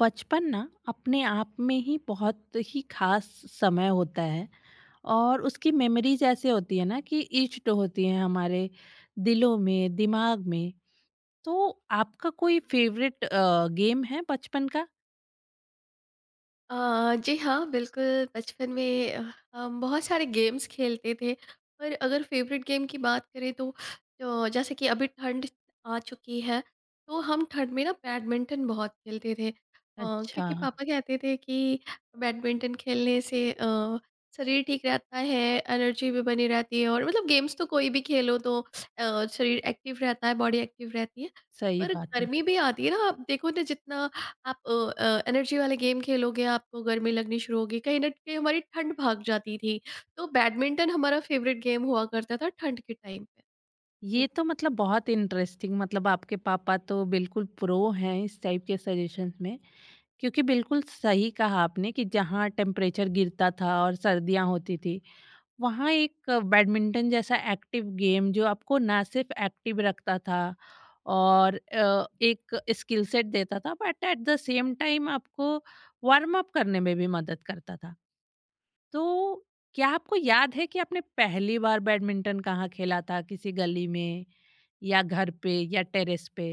बचपन ना अपने आप में ही बहुत ही खास समय होता है। और उसकी मेमोरीज ऐसे होती है ना कि इष्ट होती हैं हमारे दिलों में दिमाग में। तो आपका कोई फेवरेट गेम है बचपन का? जी हाँ, बिल्कुल बचपन में हम बहुत सारे गेम्स खेलते थे। पर अगर फेवरेट गेम की बात करें तो जैसे कि अभी ठंड आ चुकी है। तो हम ठंड में ना बैडमिंटन बहुत खेलते थे। अच्छा। क्योंकि पापा कहते थे कि बैडमिंटन खेलने से शरीर ठीक रहता है। एनर्जी भी बनी रहती है और मतलब गेम्स तो कोई भी खेलो तो शरीर एक्टिव रहता है, बॉडी एक्टिव रहती है। सही पर बात है। गर्मी भी आती है ना, आप देखो ना जितना आप एनर्जी वाले गेम खेलोगे आपको गर्मी लगनी शुरू होगी। कहीं ना कहीं हमारी ठंड भाग जाती थी। तो बैडमिंटन हमारा फेवरेट गेम हुआ करता था ठंड के टाइम पे। ये जी। तो मतलब बहुत इंटरेस्टिंग, मतलब आपके पापा तो बिल्कुल प्रो हैं इस टाइप के सजेशंस में, क्योंकि बिल्कुल सही कहा आपने कि जहाँ टेम्परेचर गिरता था और सर्दियाँ होती थी, वहाँ एक बैडमिंटन जैसा एक्टिव गेम जो आपको ना सिर्फ एक्टिव रखता था और एक स्किल सेट देता था, but at the same time आपको वार्म अप करने में भी मदद करता था। तो क्या आपको याद है कि आपने पहली बार बैडमिंटन कहाँ खेला था? किसी गली में या घर पे या टेरेस पे?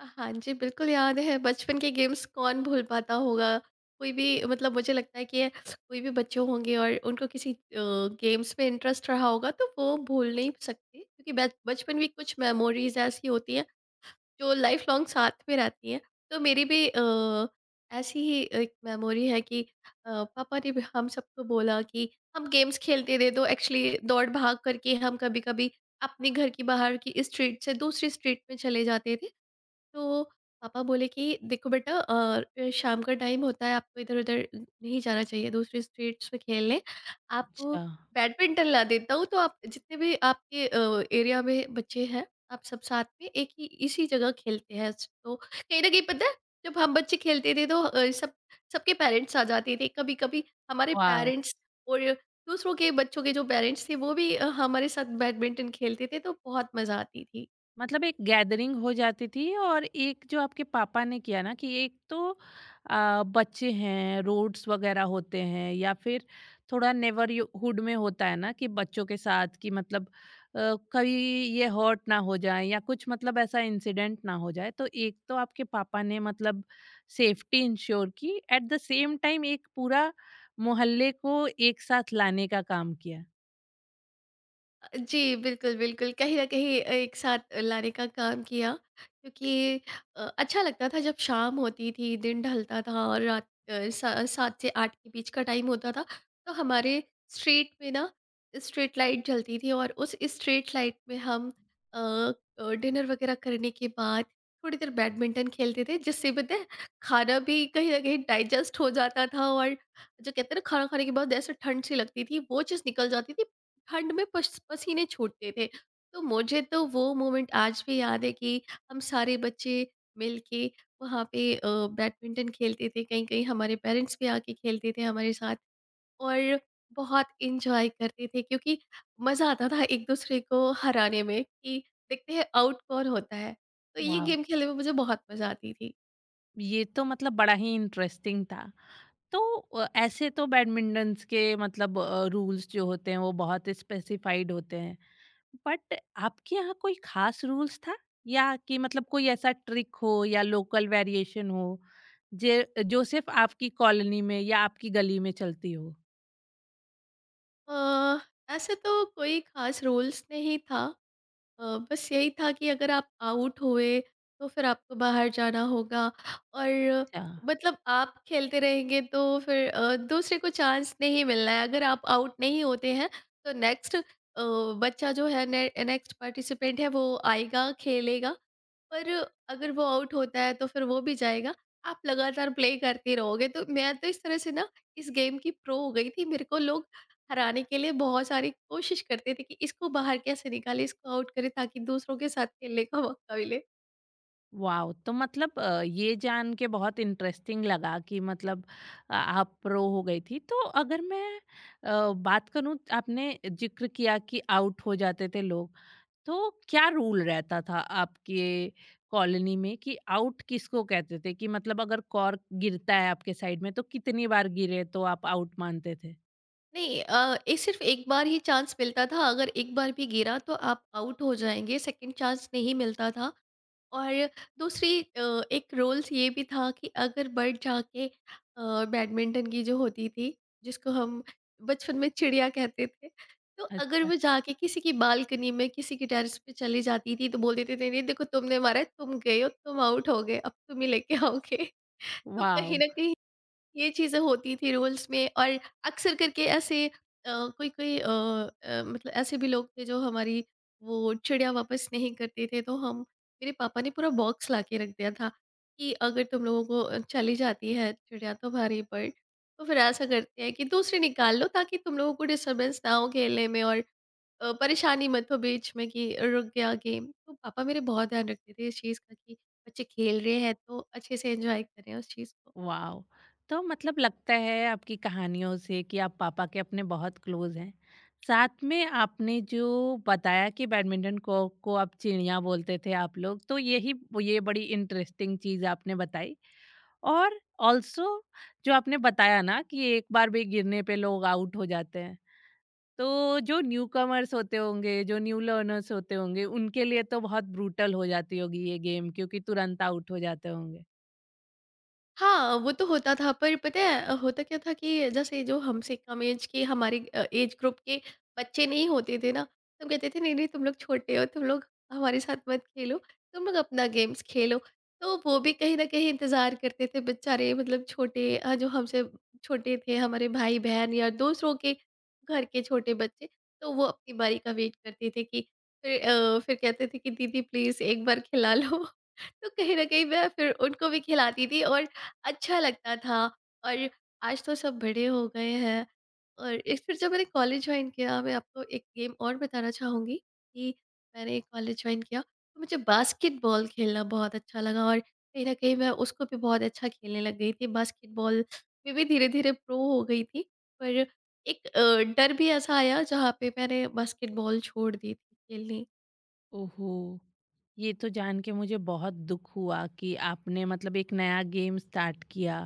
हाँ जी, बिल्कुल याद है। बचपन के गेम्स कौन भूल पाता होगा। कोई भी मतलब मुझे लगता है कि कोई भी बच्चे होंगे और उनको किसी गेम्स में इंटरेस्ट रहा होगा तो वो भूल नहीं सकते, क्योंकि बचपन में कुछ मेमोरीज ऐसी होती हैं जो लाइफ लॉन्ग साथ में रहती हैं। तो मेरी भी ऐसी ही एक मेमोरी है कि अ, पापा ने भी हम सबको बोला कि हम गेम्स खेलते थे तो एक्चुअली दौड़ भाग करके हम कभी-कभी अपने घर के बाहर की स्ट्रीट से दूसरी स्ट्रीट में चले जाते थे। तो पापा बोले कि देखो बेटा, शाम का टाइम होता है, आपको इधर-उधर नहीं जाना चाहिए दूसरी स्ट्रीट्स में खेलने। आपको अच्छा। बैडमिंटन ला देता हूँ, तो आप जितने भी आपके एरिया में बच्चे हैं आप सब साथ में एक ही इसी जगह खेलते हैं। तो कहीं न कहीं पता है, जब हम बच्चे खेलते थे तो सब सबके पेरेंट्स आ जाते थे। कभी-कभी हमारे वाह। पेरेंट्स और दूसरों के बच्चों के जो पेरेंट्स थे वो भी हमारे साथ बैडमिंटन खेलते थे, तो बहुत मज़ा आती थी। मतलब एक गैदरिंग हो जाती थी। और एक जो आपके पापा ने किया ना कि एक तो बच्चे हैं, रोड्स वगैरह होते हैं या फिर थोड़ा नेबरहुड में होता है ना कि बच्चों के साथ कि मतलब कभी ये हर्ट ना हो जाए या कुछ मतलब ऐसा इंसिडेंट ना हो जाए। तो एक तो आपके पापा ने मतलब सेफ्टी इंश्योर की, एट द सेम टाइम एक पूरा मोहल्ले को एक साथ लाने का काम किया। जी, बिल्कुल, बिल्कुल। कहीं न कहीं एक साथ लाने का काम किया, क्योंकि अच्छा लगता था जब शाम होती थी, दिन ढलता था और रात अ, सा 7 से 8 के बीच का टाइम होता था, तो हमारे स्ट्रीट में ना स्ट्रीट लाइट जलती थी और उस स्ट्रीट लाइट में हम अ डिनर वगैरह करने के बाद थोड़ी देर बैडमिंटन खेलते थे, जिससे पता है खाना भी कहीं न कहीं डाइजेस्ट हो जाता था और जो कहते हैं ना खाना खाने के बाद ऐसे ठंड-सी लगती थी, वो चीज़ निकल जाती थी। ठंड में पस पसीने छूटते थे। तो मुझे तो वो मोमेंट आज भी याद है कि हम सारे बच्चे मिलके वहाँ पे बैडमिंटन खेलते थे, कहीं-कहीं हमारे पेरेंट्स भी आके खेलते थे हमारे साथ और बहुत एन्जॉय करते थे, क्योंकि मज़ा आता था एक-दूसरे को हराने में कि देखते हैं आउट कौन होता है। तो ये वाह। गेम खेलने में मुझे बहुत मज़ा आती थी। ये तो मतलब बड़ा ही इंटरेस्टिंग था। तो ऐसे तो बैडमिंटन्स के मतलब रूल्स जो होते हैं वो बहुत स्पेसिफाइड होते हैं, बट आपके यहाँ कोई खास रूल्स था या कि मतलब कोई ऐसा ट्रिक हो या लोकल वेरिएशन हो जे जो सिर्फ आपकी कॉलोनी में या आपकी गली में चलती हो? अ, ऐसे तो कोई ख़ास रूल्स नहीं था। बस यही था कि अगर आप आउट हुए, तो फिर आपको बाहर जाना होगा और अच्छा। मतलब आप खेलते रहेंगे तो फिर दूसरे को चांस नहीं मिलना है। अगर आप आउट नहीं होते हैं, तो बच्चा जो है ने नेक्स्ट पार्टिसिपेंट है वो आएगा, खेलेगा, पर अगर वो आउट होता है तो फिर वो भी जाएगा। आप लगातार प्ले करते रहोगे, तो मैं तो इस तरह से ना इस गेम की प्रो हो गई थी। मेरे को लोग हराने के लिए बहुत सारी कोशिश करते थे कि इसको बाहर कैसे निकालें, इसको आउट करें ताकि दूसरों के साथ खेलने का मौका मिले। वाओ। तो मतलब ये जान के बहुत इंटरेस्टिंग लगा कि मतलब आप प्रो हो गई थी। तो अगर मैं बात करूँ, आपने जिक्र किया कि आउट हो जाते थे लोग, तो क्या रूल रहता था आपके कॉलोनी में कि आउट किसको कहते थे? कि मतलब अगर कॉर्क गिरता है आपके साइड में तो कितनी बार गिरे तो आप आउट मानते थे? नहीं ये सिर्फ़ 1 बार ही चांस मिलता था, अगर 1 बार भी गिरा तो आप आउट हो जाएँगे, सेकंड चांस नहीं मिलता था। और दूसरी अ, एक रूल्स ये भी था कि अगर बर्ड जाके बैडमिंटन की जो होती थी जिसको हम बचपन में चिड़िया कहते थे, तो अगर अच्छा। वो जाके किसी की बालकनी में किसी की टेरेस पे चली जाती थी तो बोल देते थे नहीं देखो तुमने मारा है, तुम गए हो, तुम आउट हो गए, अब तुम ही लेके आओगे। तो वाओ कहीं ना कहीं ये चीज़ें होती थी रूल्स में, और अक्सर करके ऐसे अ, कोई कोई अ, अ, मतलब ऐसे भी लोग थे जो हमारी वो चिड़िया वापस नहीं करते थे, तो हम मेरे पापा ने पूरा बॉक्स ला के रख दिया था कि अगर तुम लोगों को चली जाती है चिड़िया तुम्हारी पर, तो फिर ऐसा करते हैं कि दूसरी निकाल लो, ताकि तुम लोगों को डिस्टरबेंस ना हो खेलने में और परेशानी मत हो बीच में कि रुक गया गेम। तो पापा मेरे बहुत ध्यान रखते थे इस चीज़ का कि बच्चे खेल रहे हैं तो अच्छे से एंजॉय करें उस चीज़ को। वाओ तो मतलब लगता है आपकी कहानियों से कि आप पापा के अपने बहुत क्लोज हैं। साथ में आपने जो बताया कि बैडमिंटन को आप चिड़िया बोलते थे आप लोग, तो यही ये बड़ी इंटरेस्टिंग चीज़ आपने बताई। और ऑल्सो जो आपने बताया ना कि एक बार भी गिरने पे लोग आउट हो जाते हैं, तो जो न्यू कमर्स होते होंगे, जो न्यू लर्नर्स होते होंगे, उनके लिए तो बहुत ब्रूटल हो जाती होगी ये गेम, क्योंकि तुरंत आउट हो जाते होंगे। हाँ, वो तो होता था पर पता है होता क्या था कि जैसे जो हमसे कम एज के हमारे एज ग्रुप के बच्चे नहीं होते थे ना, तो कहते थे नहीं, नहीं तुम लोग छोटे हो, तुम लोग हमारे साथ मत खेलो, तुम लोग अपना गेम्स खेलो। तो वो भी कहीं न कहीं इंतज़ार करते थे बेचारे, मतलब जो हमसे छोटे थे, हमारे भाई-बहन या दूसरों के घर के छोटे बच्चे, तो वो अपनी बारी का वेट करते थे कि फिर फिर कहते थे कि दीदी प्लीज़ एक बार खिला लो। तो कहीं न कहीं मैं फिर उनको भी खिलाती थी और अच्छा लगता था। और आज तो सब बड़े हो गए हैं। और एक फिर जब मैंने कॉलेज ज्वाइन किया, मैं आपको एक गेम और बताना चाहूँगी कि मैंने कॉलेज ज्वाइन किया तो मुझे बास्केटबॉल खेलना बहुत अच्छा लगा और कहीं न कहीं मैं उसको भी बहुत अच्छा खेलने लग गई थी। बास्केटबॉल में भी धीरे-धीरे प्रो हो गई थी। पर एक डर भी ऐसा आया जहाँ पे मैंने बास्केटबॉल छोड़ दी थी खेलनी। ओहो! ये तो जान के मुझे बहुत दुख हुआ कि आपने मतलब एक नया गेम स्टार्ट किया,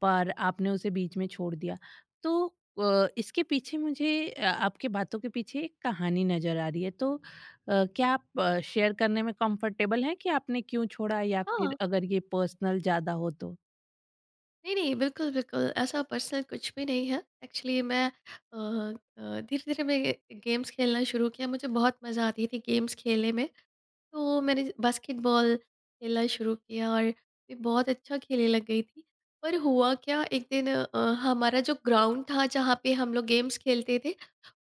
पर आपने उसे बीच में छोड़ दिया। तो इसके पीछे मुझे आपके बातों के पीछे एक कहानी नज़र आ रही है। तो क्या आप शेयर करने में कंफर्टेबल हैं कि आपने क्यों छोड़ा, या फिर हाँ। अगर ये पर्सनल ज़्यादा हो तो? नहीं, नहीं, बिल्कुल, बिल्कुल, ऐसा पर्सनल कुछ भी नहीं है। एक्चुअली धीरे-धीरे मैं गे गेम्स खेलना शुरू किया, मुझे बहुत मज़ा आती थी गेम्स खेलने में। तो मैंने बास्केटबॉल खेलना शुरू किया और मैं बहुत अच्छा खेलने लग गई थी। पर हुआ क्या, एक दिन हमारा जो ग्राउंड था जहाँ पे हम लोग गेम्स खेलते थे,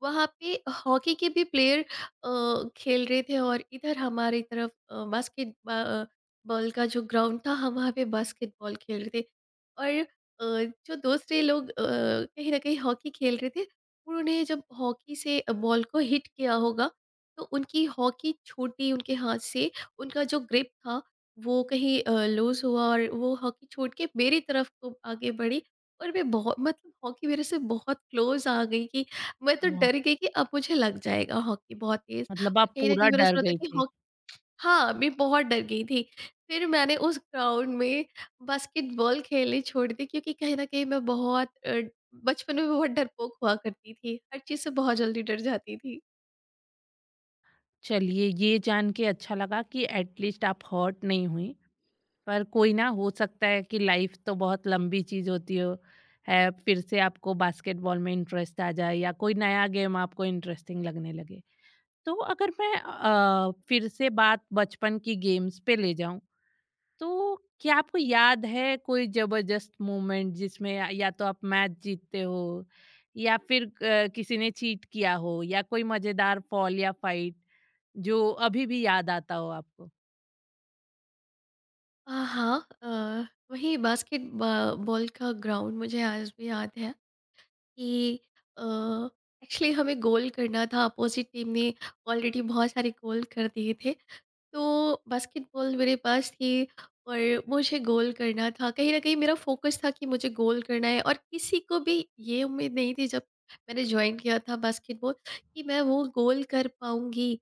वहाँ पे हॉकी के भी प्लेयर खेल रहे थे और इधर हमारी तरफ बॉल का जो ग्राउंड था हम वहाँ पे बास्केटबॉल खेल रहे थे। और जो दूसरे लोग कहीं न कहीं हॉकी खेल रहे थे, उन्होंने जब हॉकी से बॉल को हिट किया होगा तो उनकी हॉकी छूटी उनके हाथ से, उनका जो ग्रिप था वो कहीं लूज़ हुआ और वो हॉकी छूट के मेरी तरफ को आगे बढ़ी। और मैं बहुत मतलब हॉकी मेरे से बहुत क्लोज़ आ गई कि मैं तो वाह! डर गई कि अब मुझे लग जाएगा हॉकी बहुत तेज़, मतलब और आप कहीं न पूरा कहीं मैंने डर सुना था गई कि थी। हॉक हाँ, मैं बहुत डर गई थी। फिर मैंने उस ग्राउंड में बास्केटबॉल खेलनी छोड़ दी, क्योंकि कहीं न कहीं मैं बहुत बचपन में बहुत डरपोक हुआ करती थी। हर चीज़ से बहुत जल्दी डर जाती थी। चलिए, ये जान के अच्छा लगा कि एट लीस्ट आप हर्ट नहीं हुई। पर कोई ना, हो सकता है कि लाइफ तो बहुत लंबी चीज होती हो, है, फिर से आपको बास्केटबॉल में इंटरेस्ट आ जाए या कोई नया गेम आपको इंटरेस्टिंग लगने लगे। तो अगर मैं फिर से बात बचपन की गेम्स पे ले जाऊं, तो क्या आपको याद है कोई जबरदस्त मोमेंट जिसमें या तो आप मैच जीतते हो या फिर किसी ने चीट किया हो या कोई मजेदार फॉल या फाइट जो अभी भी याद आता हो आपको? हाँ, वही बॉल का ग्राउंड मुझे आज भी याद है कि एक्चुअली हमें गोल करना था। अपोजिट टीम ने ऑलरेडी बहुत सारे गोल कर दिए थे, तो बास्केटबॉल मेरे पास थी और मुझे गोल करना था। कहीं न कहीं मेरा फ़ोकस था कि मुझे गोल करना है, और किसी को भी ये उम्मीद नहीं थी जब मैंने जॉइन किया था बास्केटबॉल कि मैं वो गोल कर पाऊँगी।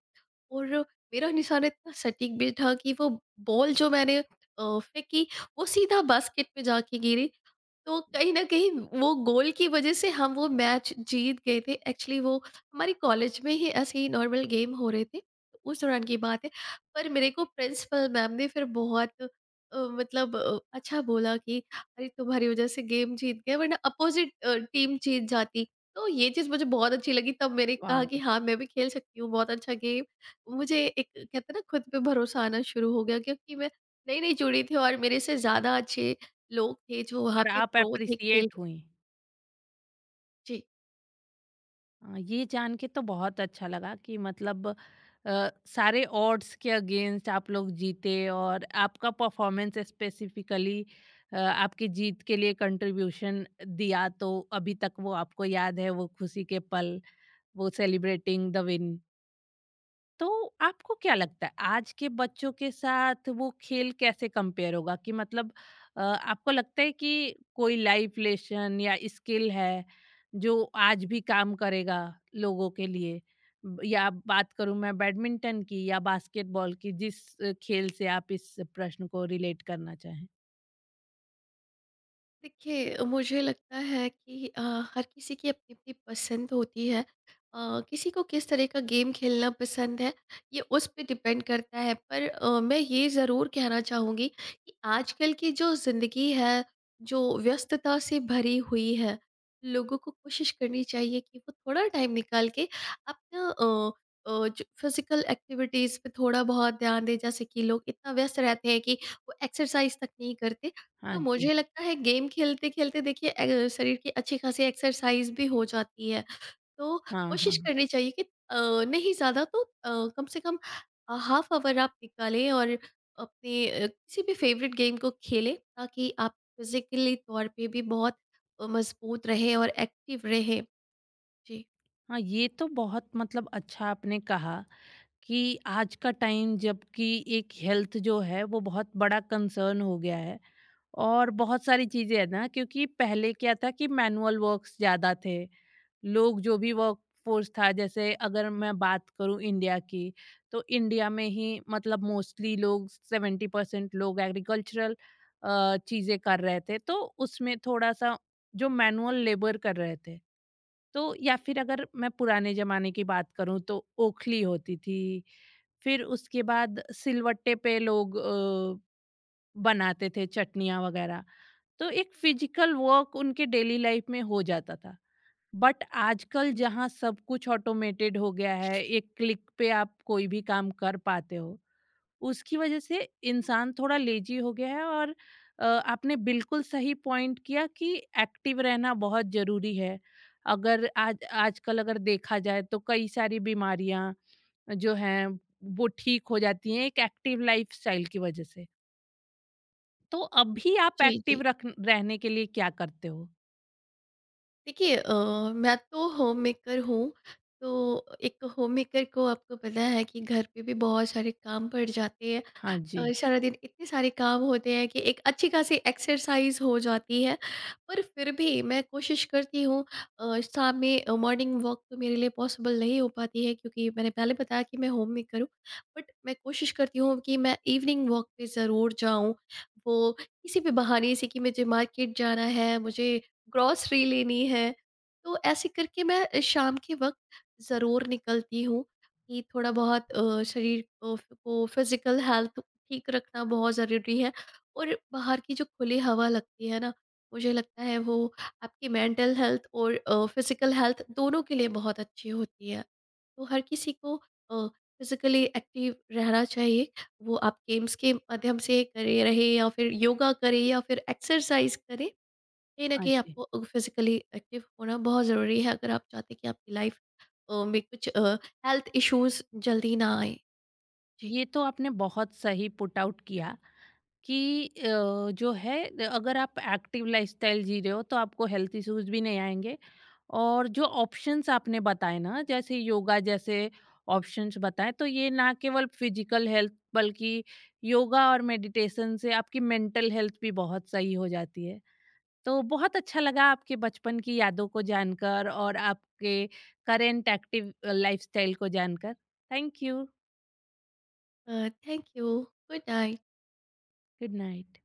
और मेरा निशाना इतना सटीक भी था कि वो बॉल जो मैंने फेंकी, वो सीधा बास्केट में जाके गिरी। तो कहीं न कहीं वो गोल की वज़ह से हम वो मैच जीत गए थे। एक्चुअली वो हमारे कॉलेज में ही ऐसे ही नॉर्मल गेम हो रहे थे। तो उस दौरान की बात है। पर मेरे को प्रिंसिपल मैम ने फिर बहुत अच्छा बोला कि अरे तुम्हारी वज़ह से गेम जीत गए वरना अपोज़िट टीम जीत जाती। तो ये चीज़ मुझे बहुत अच्छी लगी। तब मैंने वाह। कहा कि हाँ, मैं भी खेल सकती हूँ बहुत अच्छा गेम। मुझे एक कहते हैं ना खुद पे भरोसा आना शुरू हो गया, क्योंकि मैं नई-नई जुड़ी थी और मेरे से ज़्यादा अच्छे लोग थे जो वहाँ पर पे आप प्रो थे खेल। अप्रिसिएट हुई। जी। ये जान के तो बहुत अच्छा लगा कि मतलब अ, सारे ऑड्स के अगेंस्ट आप लोग जीते और आपका परफॉर्मेंस स्पेसिफिकली आपकी जीत के लिए कंट्रीब्यूशन दिया। तो अभी तक वो आपको याद है, वो खुशी के पल, वो सेलिब्रेटिंग द विन। तो आपको क्या लगता है आज के बच्चों के साथ वो खेल कैसे कंपेयर होगा? कि मतलब आपको लगता है कि कोई लाइफ लेसन या स्किल है जो आज भी काम करेगा लोगों के लिए? या बात करूं मैं बैडमिंटन की या बास्केटबॉल की, जिस खेल से आप इस प्रश्न को रिलेट करना चाहें। देखिए मुझे लगता है कि हर किसी की अपनी अपनी पसंद होती है। किसी को किस तरह का गेम खेलना पसंद है ये उस पे डिपेंड करता है, पर मैं ये ज़रूर कहना चाहूँगी कि आजकल की जो ज़िंदगी है जो व्यस्तता से भरी हुई है, लोगों को कोशिश करनी चाहिए कि वो थोड़ा टाइम निकाल के अपना जो फिजिकल एक्टिविटीज़ पे थोड़ा बहुत ध्यान दें, जैसे कि लोग इतना व्यस्त रहते हैं कि वो एक्सरसाइज तक नहीं करते। तो हाँ जी। मुझे लगता है गेम खेलते-खेलते देखिए शरीर की अच्छी खासी एक्सरसाइज भी हो जाती है। तो हाँ हाँ कोशिश हाँ। करनी चाहिए कि अ, नहीं ज़्यादा तो कम से कम हाफ ऑवर आप निकालें और अपने किसी भी फ़ेवरेट गेम को खेलें, ताकि आप फ़िज़िकली तौर पे भी बहुत मज़बूत रहें और एक्टिव रहें। जी। हाँ, ये तो बहुत मतलब अच्छा आपने कहा कि आज का टाइम जबकि एक हेल्थ जो है वो बहुत बड़ा कंसर्न हो गया है। और बहुत सारी चीज़ें हैं ना, क्योंकि पहले क्या था कि मैनुअल वर्क्स ज़्यादा थे। लोग जो भी वर्क फोर्स था, जैसे अगर मैं बात करूं इंडिया की, तो इंडिया में ही मतलब मोस्टली लोग, सेवेंटी परसेंट लोग एग्रीकल्चरल चीज़ें कर रहे थे। तो उसमें थोड़ा सा जो मैनुअल लेबर कर रहे थे, तो या फिर अगर मैं पुराने ज़माने की बात करूं तो ओखली होती थी, फिर उसके बाद सिलवट्टे पे लोग बनाते थे चटनियाँ वगैरह। तो एक फिजिकल वर्क उनके डेली लाइफ में हो जाता था। बट आजकल हाँ जी। जहाँ सब कुछ ऑटोमेटेड हो गया है, एक क्लिक पे आप कोई भी काम कर पाते हो, उसकी वजह से इंसान थोड़ा लेज़ी हो गया है। और आपने बिल्कुल सही पॉइंट किया कि एक्टिव रहना बहुत ज़रूरी है। अगर आज आजकल अगर देखा जाए तो कई सारी बीमारियाँ जो हैं वो ठीक हो जाती हैं एक एक्टिव लाइफस्टाइल की वजह से। तो अभी आप जी, एक्टिव जी। रख रहने के लिए क्या करते हो? देखिए मैं तो होममेकर हूँ, तो एक होममेकर को आपको पता है कि घर पे भी बहुत सारे काम पड़ जाते हैं। हाँ जी, सारा दिन इतने सारे काम होते हैं कि एक अच्छी खासी एक्सरसाइज़ हो जाती है, पर फिर भी मैं कोशिश करती हूँ मॉर्निंग वॉक तो मेरे लिए पॉसिबल नहीं हो पाती है, क्योंकि मैंने पहले बताया कि मैं होममेकर हूँ। बट मैं कोशिश करती हूँ कि मैं इवनिंग वॉक पे ज़रूर जाऊँ, वो किसी भी बहाने से कि मुझे मार्केट जाना है, मुझे ग्रॉसरी लेनी है। तो ऐसे करके मैं शाम के वक़्त ज़रूर निकलती हूँ कि थोड़ा बहुत शरीर को फ़िज़िकल हेल्थ ठीक रखना बहुत ज़रूरी है। और बाहर की जो खुली हवा लगती है ना, मुझे लगता है वो आपकी मेंटल हेल्थ और फ़िज़िकल हेल्थ दोनों के लिए बहुत अच्छी होती है। तो हर किसी को फ़िज़िकली एक्टिव रहना चाहिए। वो आप गेम्स के माध्यम से करे रहे या फिर योगा करे या फिर एक्सरसाइज़ करे। कहीं न हाँ कहीं जी। आपको फिज़िकली एक्टिव होना बहुत ज़रूरी है, अगर आप चाहते हैं कि आपकी लाइफ में कुछ हेल्थ इश्यूज़ जल्दी ना आए। जी। ये तो आपने बहुत सही पुट आउट किया कि जो है अगर आप एक्टिव लाइफस्टाइल जी रहे हो तो आपको हेल्थ इश्यूज़ भी नहीं आएँगे। और जो ऑप्शंस आपने बताए ना, जैसे योगा जैसे ऑप्शंस बताएँ, तो ये ना केवल फिजिकल हेल्थ बल्कि योगा और मेडिटेशन से आपकी मेंटल हेल्थ भी बहुत सही हो जाती है। तो बहुत अच्छा लगा आपके बचपन की यादों को जानकर और आपके करेंट एक्टिव लाइफस्टाइल को जानकर। Thank you. Uh, thank you, good night. Good night.